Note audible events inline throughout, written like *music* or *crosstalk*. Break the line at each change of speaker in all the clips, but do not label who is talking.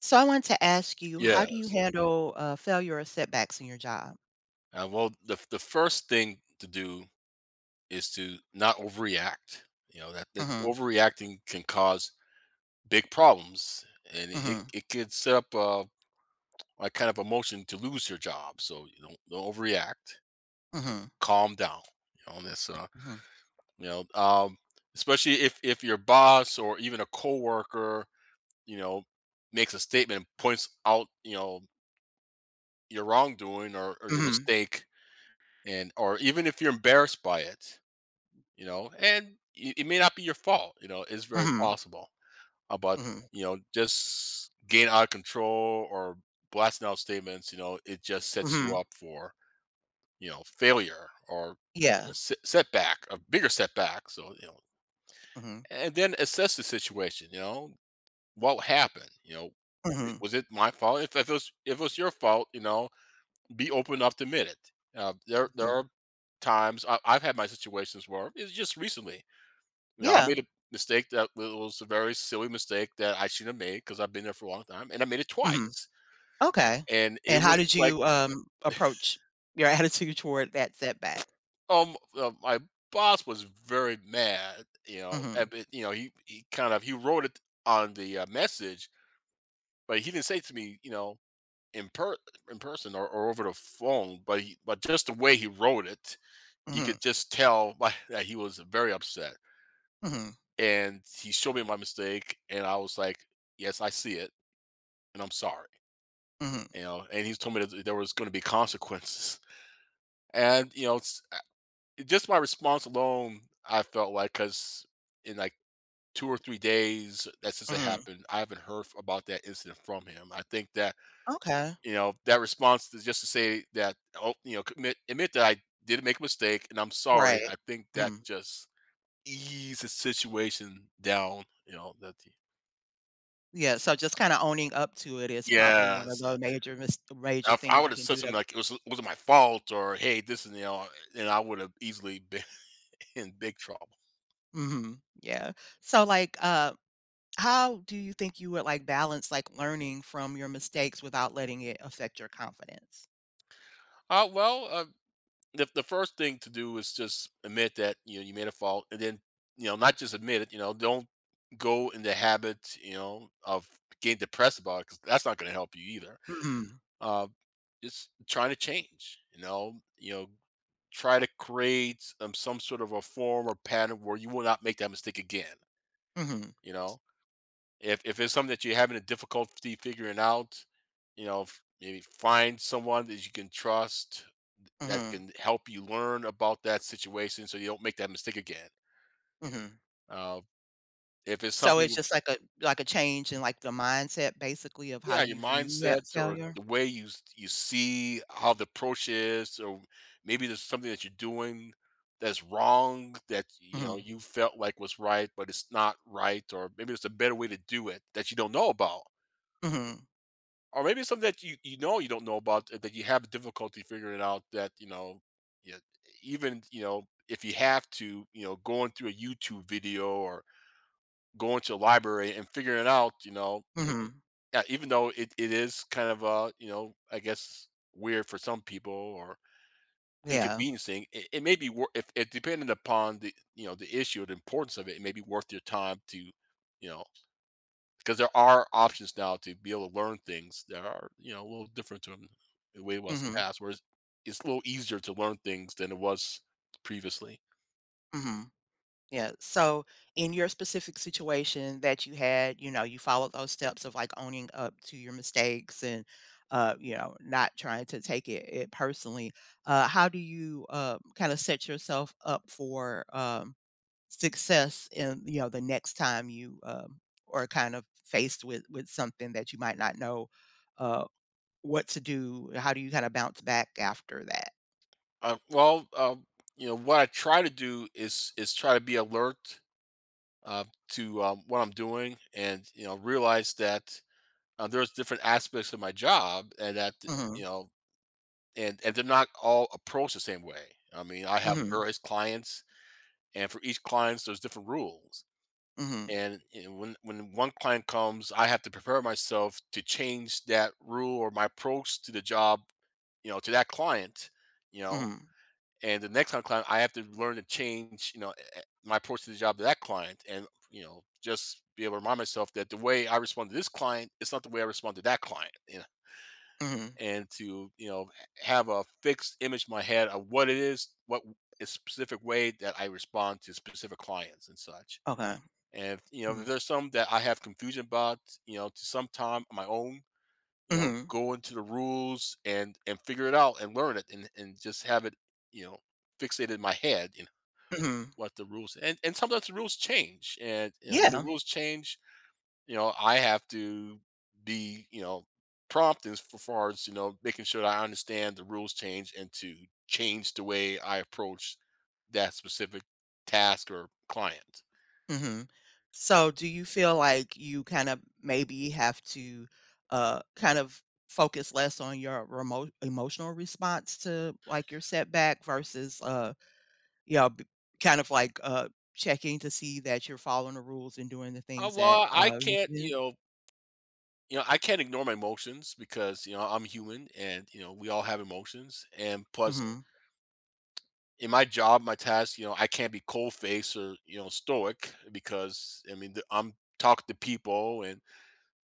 So I want to ask you, how do you
Yes.
handle failure or setbacks in your job?
Well, the first thing to do is to not overreact. You know, that
Mhm,
overreacting can cause big problems, and it
mhm,
it could set up a kind of emotion to lose your job. So, you don't overreact.
mhm,
Calm down. You know, that's, uh,
mhm,
you know, um, Especially if your boss or even a coworker, you know, makes a statement and points out, you know, your wrongdoing or your
mhm,
mistake and or even if you're embarrassed by it. You know, and it may not be your fault, you know, it's very
mhm,
possible, but,
mhm,
you know, just getting out of control or blasting out statements, you know, it just sets you
mhm.
up for, you know, failure or
Yeah.
a se setback, a bigger setback, so, you know
Mhm,
and then assess the situation, you know, what happened, you know,
mhm,
it my fault? If it was if it was your fault, you know, be open enough to admit it. There
mhm.
are times I've had my situations where it's just recently. You know, I
Yeah.
made a mistake that was a very silly mistake that I shouldn't have made because 'cause I've been there for a long time, and I made it
Mhm.
twice,
Okay.
and it
And how
was
did
like,
you approach your *laughs* attitude toward that setback?
my boss was very mad, you know, and
Mhm,
but, you know, he kind of he wrote it on the, message, but he didn't say it to me, you know, in per in person or over the phone, but he but just the way he wrote it, you
mhm,
could just tell by *laughs* that he was very upset,
mhm,
and he showed me my mistake, and I was like, "Yes, I see it, and I'm sorry."
mhm,
You know, and he's told me that there was going to be consequences. And you know, it's, just my response alone, I felt like because in like 2 or 3 days that since it
mhm.
happened, I haven't heard about that incident from him. I think that
Okay.
you know that response is just to say that oh, you know, admit that I did make a mistake and I'm sorry.
Right.
I think that
Mhm.
just eased the situation down. You know that.
Yeah. So just kind of owning up to it is probably one of
Yes,
the major
if I
things
would
you
have
can
said
do
something
to.
like it wasn't my fault or hey this and you know and I would have easily been in big trouble.
Mhm. Yeah. So, like, how do you think you would like balance like learning from your mistakes without letting it affect your confidence?
Uh, well, uh, the first thing to do is just admit that you know you made a fault, and then you know not just admit it. You know, don't go in the habit you know of getting depressed about it because that's not going to help you either.
Mhm.
Uh, just trying to change. Try to create some sort of a form or pattern where you will not make that mistake again.
Mhm.
You know, if it's something that you're having a difficulty figuring out, you know, maybe find someone that you can trust that
Mhm.
can help you learn about that situation so you don't make that mistake again.
Mhm.
Uh, if it's
So
something,
it's just like a change in like the mindset basically of how
yeah, your
you view that
mindset or
failure?
the way you see how the approach is, or maybe there's something that you're doing that's wrong that you know
Mhm.
you felt like was right, but it's not right, or maybe there's a better way to do it that you don't know about,
Mhm.
or maybe it's something that you know you don't know about that you have difficulty figuring out that you know you, even you know if you have to you know going through a YouTube video or going to a library and figuring out, you know,
Mhm.
yeah, even though it is kind of you know, I guess weird for some people or
Yeah.
inconveniencing, it may be worth if depending upon the you know the issue or the importance of it, it may be worth your time to, you know, because there are options now to be able to learn things that are you know a little different from the way it was in the
Mhm.
past. Whereas it's a little easier to learn things than it was previously.
Mhm. Yeah. So in your specific situation that you had, you know, you followed those steps of like owning up to your mistakes and not trying to take it personally. How do you kind of set yourself up for success in the next time you are kind of faced with something that you might not know uh, what to do? How do you kind of bounce back after that?
Uh, well, um, you know what I try to do is try to be alert uh, to what I'm doing, and you know, realize that there's different aspects of my job, and that you
Mm-hmm.
know, and they're not all approached the same way. I mean, I have
Mm-hmm.
various clients, and for each client, there's different rules.
Mm-hmm.
And you know, when one client comes, I have to prepare myself to change that rule or my approach to the job, you know, to that client, you know,
Mm-hmm.
and the next time client, I have to learn to change, you know, my approach to the job to that client, and you know, just be able to remind myself that the way I respond to this client is not the way I respond to that client. You know?
Mm-hmm.
And to you know have a fixed image in my head of what it is, what a specific way that I respond to specific clients and such.
Okay.
And you know, if
Mm-hmm.
there's some that I have confusion about, you know, to some time on my own, you know,
Mm-hmm.
go into the rules and figure it out and learn it and just have it, you know, fixated in my head,
Mhm.
what the rules and sometimes the rules change and you know when the
Yeah.
rules change you know I have to be you know prompt as far as you know making sure that I understand the rules change and to change the way I approach that specific task or client.
Mhm. So do you feel like you kind of maybe have to kind of focus less on your remote emotional response to like your setback versus you know b- kind of like checking to see that you're following the rules and doing the things that
I
you
can't
do?
you know I can't ignore my emotions because you know I'm human and you know we all have emotions and plus
Mhm.
in my job, my task, you know, I can't be cold faced or you know stoic because I mean I'm talking to people and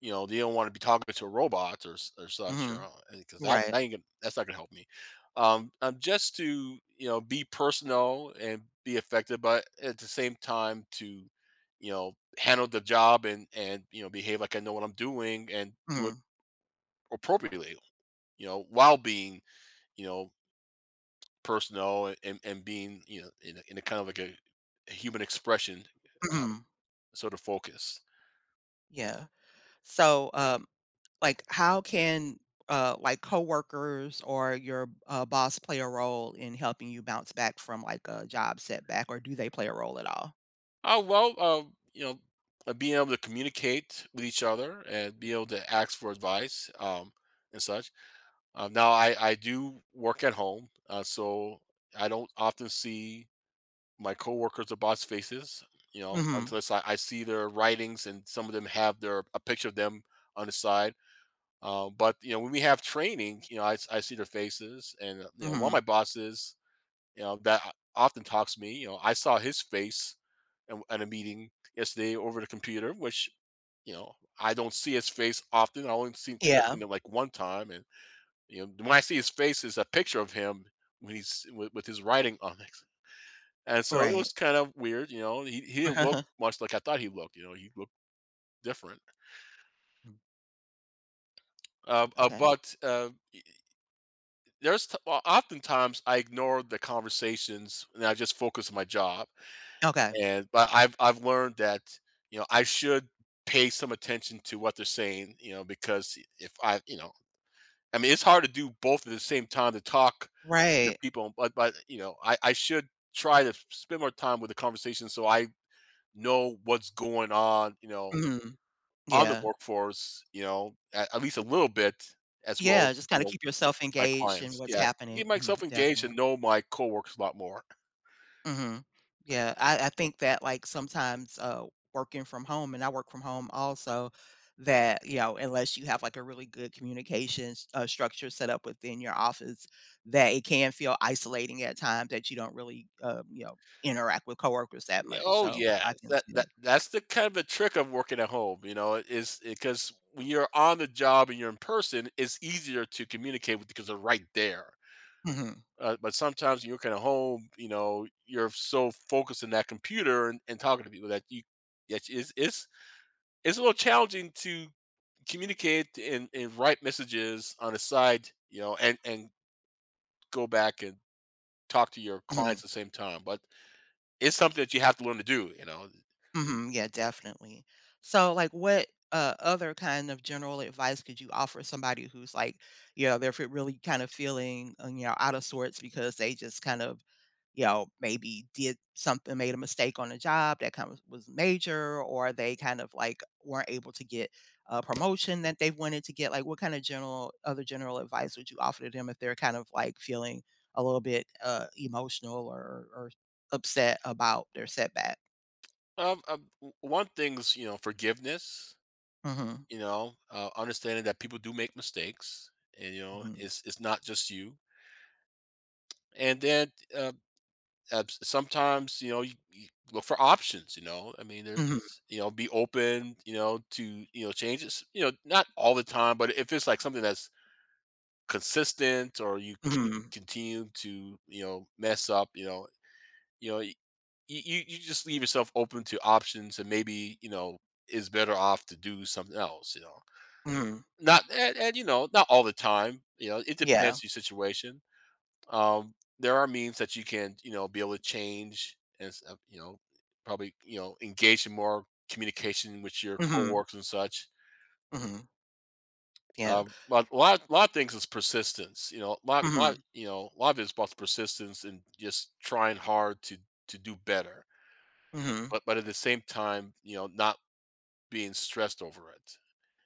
you know they don't want to be talking to robots or such, you
Mhm.
know, because
Right.
that ain't gonna, that's not gonna help me. Just to you know be personal and be effective, but at the same time to you know handle the job and you know behave like I know what I'm doing and do it
Mhm.
appropriately, you know, while being you know personnel and being, you know, in a kind of like a human expression, uh,
Mhm.
sort of focus.
Yeah. So, like, how can like coworkers or your boss play a role in helping you bounce back from like a job setback, or do they play a role at all?
Oh, well, you know, being able to communicate with each other and be able to ask for advice, and such. Now I Do work at home, so I don't often see my coworkers or boss faces, you know,
Mhm.
unless I see their writings and some of them have their a picture of them on the side. But you know, when we have training, you know, I see their faces, and you know, one of my
Mhm.
bosses, you know, that often talks to me. You know, I saw his face at a meeting yesterday over the computer, which you know I don't see his face often. I've
Yeah.
seen it like one time, and you know, when I see his face, is a picture of him when he's with his writing on it. And so it
Right.
was kind of weird, you know. He didn't look
*laughs*
much like I thought he looked. You know, he looked different.
Mhm. Okay.
But There's t well, Oftentimes I ignore the conversations and I just focus on my job,
Okay.
and but I've learned that, you know, I should pay some attention to what they're saying, you know, because if I you know, I mean, it's hard to do both at the same time to talk to
Right.
people, but you know, I should try to spend more time with the conversation so I know what's going on, you know,
Mhm.
on the
Yeah.
workforce, you know, at least a little bit as well as,
Yeah. Just
you
kind of
know
keep yourself
my
engaged in
clients,
what's
yes.
happening.
Get
Mhm,
myself engaged
definitely.
and know my coworkers a lot more.
Mhm. Yeah, I think that, like, sometimes, working from home, and I work from home also, that, you know, unless you have, like, a really good communications, structure set up within your office, that it can feel isolating at times that you don't really, interact with coworkers that
Yeah,
much,
oh,
so I
yes.
can
That
see
that
that.
that's the kind of the trick of working at home, you know, is because when you're on the job and you're in person, it's easier to communicate with because they're right there.
Mhm.
But sometimes when you're kind of home, you know, you're so focused in that computer and talking to people that you that it's a little challenging to communicate and write messages on the side, you know, and go back and talk to your clients
Mhm.
at the same time. But it's something that you have to learn to do.
Mhm, yeah, definitely. So, like, what, other kind of general advice could you offer somebody who's, like, they're fe really kind of feeling, out of sorts because they just kind of, maybe did something made a mistake on a job that kind of was major, or they kind of, like, weren't able to get a promotion that they wanted to get, like, what kind of general other general advice would you offer to them if they're kind of, like, feeling a little bit, emotional or upset about their setback?
One thing's forgiveness.
Mhm,
You know, understanding that people do make mistakes, and you know,
mhm.
it's not just you. And then sometimes you know you look for options. You know, I mean,
Mhm,
there's you know be open, you know, to you know changes. You know, not all the time, but if it's like something that's consistent or you keep
mhm,
continue to you know mess up, you know you, you just leave yourself open to options, and maybe you know is better off to do something else, you know,
mhm.
not and you know not all the time, you know, it depends
Yeah.
on your situation. There are means that you can you know be able to change and you know probably you know engage in more communication with your
Mhm,
coworkers and such.
mhm. Yeah.
But a lot of things is persistence, you know, a lot lot
Mhm,
you know a lot of it is about persistence and just trying hard to do better,
mhm.
but at the same time you know not being stressed over it.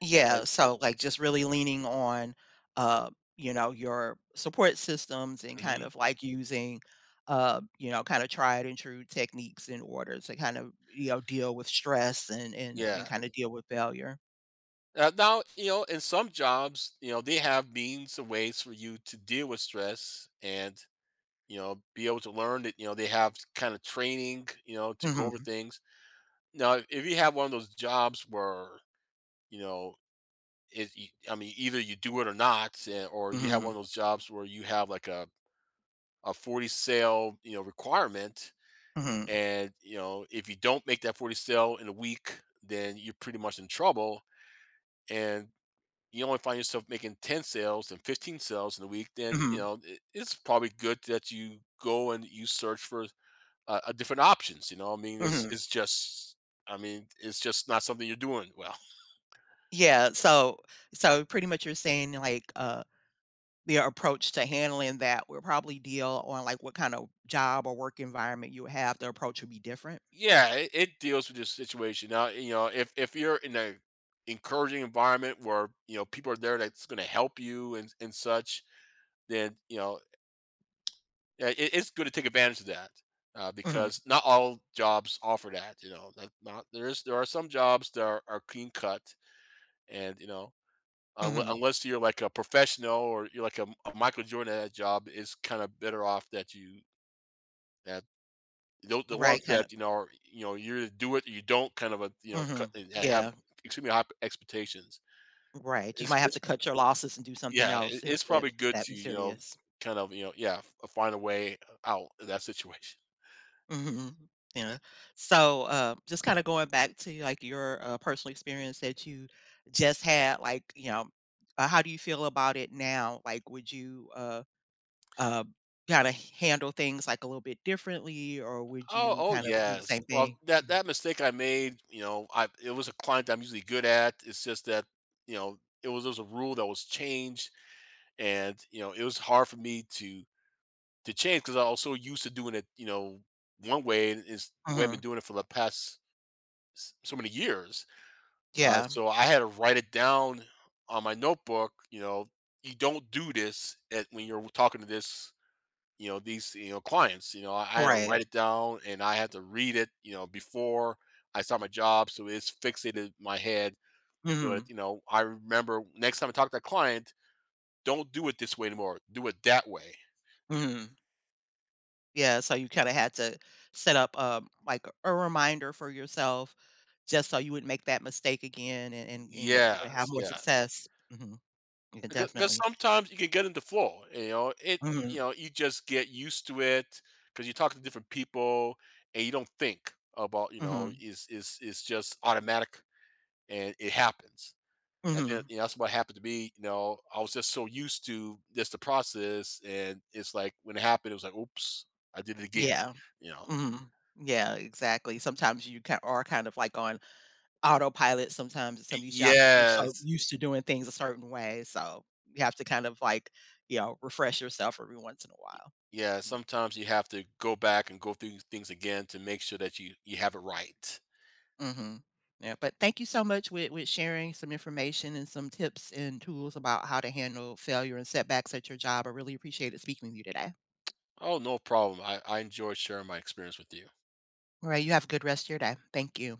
Yeah,
And it,
so, like, just really leaning on, uh, your support systems and kind
mhm,
of, like, using, kinda tried and true techniques in order to kind of, deal with stress and and
yeah.
and kinda deal with failure.
Now, you know, in some jobs, you know, they have means and ways for you to deal with stress and, you know, be able to learn that, you know, they have kind of training, you know, to go over
Mhm,
things. Now, if you have one of those jobs where, you know, I mean, either you do it or not, eh, or you have one
mhm,
of those jobs where you have like a 40 sale, you know, requirement.
mhm,
And, you know, if you don't make that 40 sale in a week, then you're pretty much in trouble, and you only find yourself making 10 sales and 15 sales in a week, then you
mhm,
know it's probably good that you go and you search for a different options. You know, I mean,
mhm.
I mean, it's just not something you're doing well. *laughs*
Yeah, so pretty much you're saying, like, their approach to handling that will probably deal on like what kind of job or work environment you have. The approach would be different.
Yeah, it deals with your situation. Now, you know, if you're in a encouraging environment where you know people are there that's going to help you and such, then you know, yeah, it's good to take advantage of that,
Mhm,
because not all jobs offer that. You know, that not there is there are some jobs that are clean cut, and you know,
mhm.
unless you're like a professional or you're like a Michael Jordan, at that job is kind of better off that you that the ones
Right, kind of.
that you know are you know you're do it or you don't kind of a you know cut,
Mhm.
and have
Yeah,
extremely high expectations.
right. You might have
It's
to cut your losses and do something
Yeah,
else if
it's probably
if it's
good
that
to you know
serious.
kind of you know yeah find a way out in that situation.
Mhm. Yeah. So, just kind of going back to like your personal experience that you just had, like, how do you feel about it now? Like, would you Uh, kinda handle things, like, a little bit differently, or would
Oh,
you
oh
kind of do the
yes.
same
Well,
thing? Mm.
that mistake I made, you know, I it was a client I'm usually good at. It's just that, you know, it was there was a rule that was changed, and you know, it was hard for me to change because I was so used to doing it, you know, one way, and it's the way I've been
Mhm.
doing it for the past so many years.
Yeah.
So I had to write it down on my notebook. You know, you don't do this at, when you're talking to this you know these you know clients, you know, I had to
Right.
write it down and I had to read it, you know, before I start my job so it's fixated in my head, so that
Mhm.
you know I remember next time I talk to a client, don't do it this way anymore, do it that way.
Mhm. Yeah, so you kinda had to set up, like, a reminder for yourself just so you wouldn't make that mistake again and would have more
Yes,
success. Mhm. Yeah,
because
definitely.
sometimes you can get into flow, you know it, you
Mhm.
know you just get used to it because you talk to different people, and you don't think about, you know,
Mhm.
is it's just automatic and it happens. I think,
Mhm.
you know, that's what happened to me. You know, I was just so used to just the process, and it's like when it happened, it was like, "Oops, I did it again."
Yeah.
You know,
Mhm. Yeah, exactly. Sometimes you ki are kind of, like, on autopilot sometimes at some of these jobs because 'cause you're so
yes,
used to doing things a certain way, so you have to kind of, like, refresh yourself every once in a while.
yeah.
Mm.
Sometimes you have to go back and go through things again to make sure that you have it right.
Mhm. Yeah, but thank you so much with sharing some information and some tips and tools about how to handle failure and setbacks at your job. I really appreciated speaking with you today.
Oh, no problem. I enjoyed sharing my experience with you.
Alright, you have a good rest of your day. Thank you.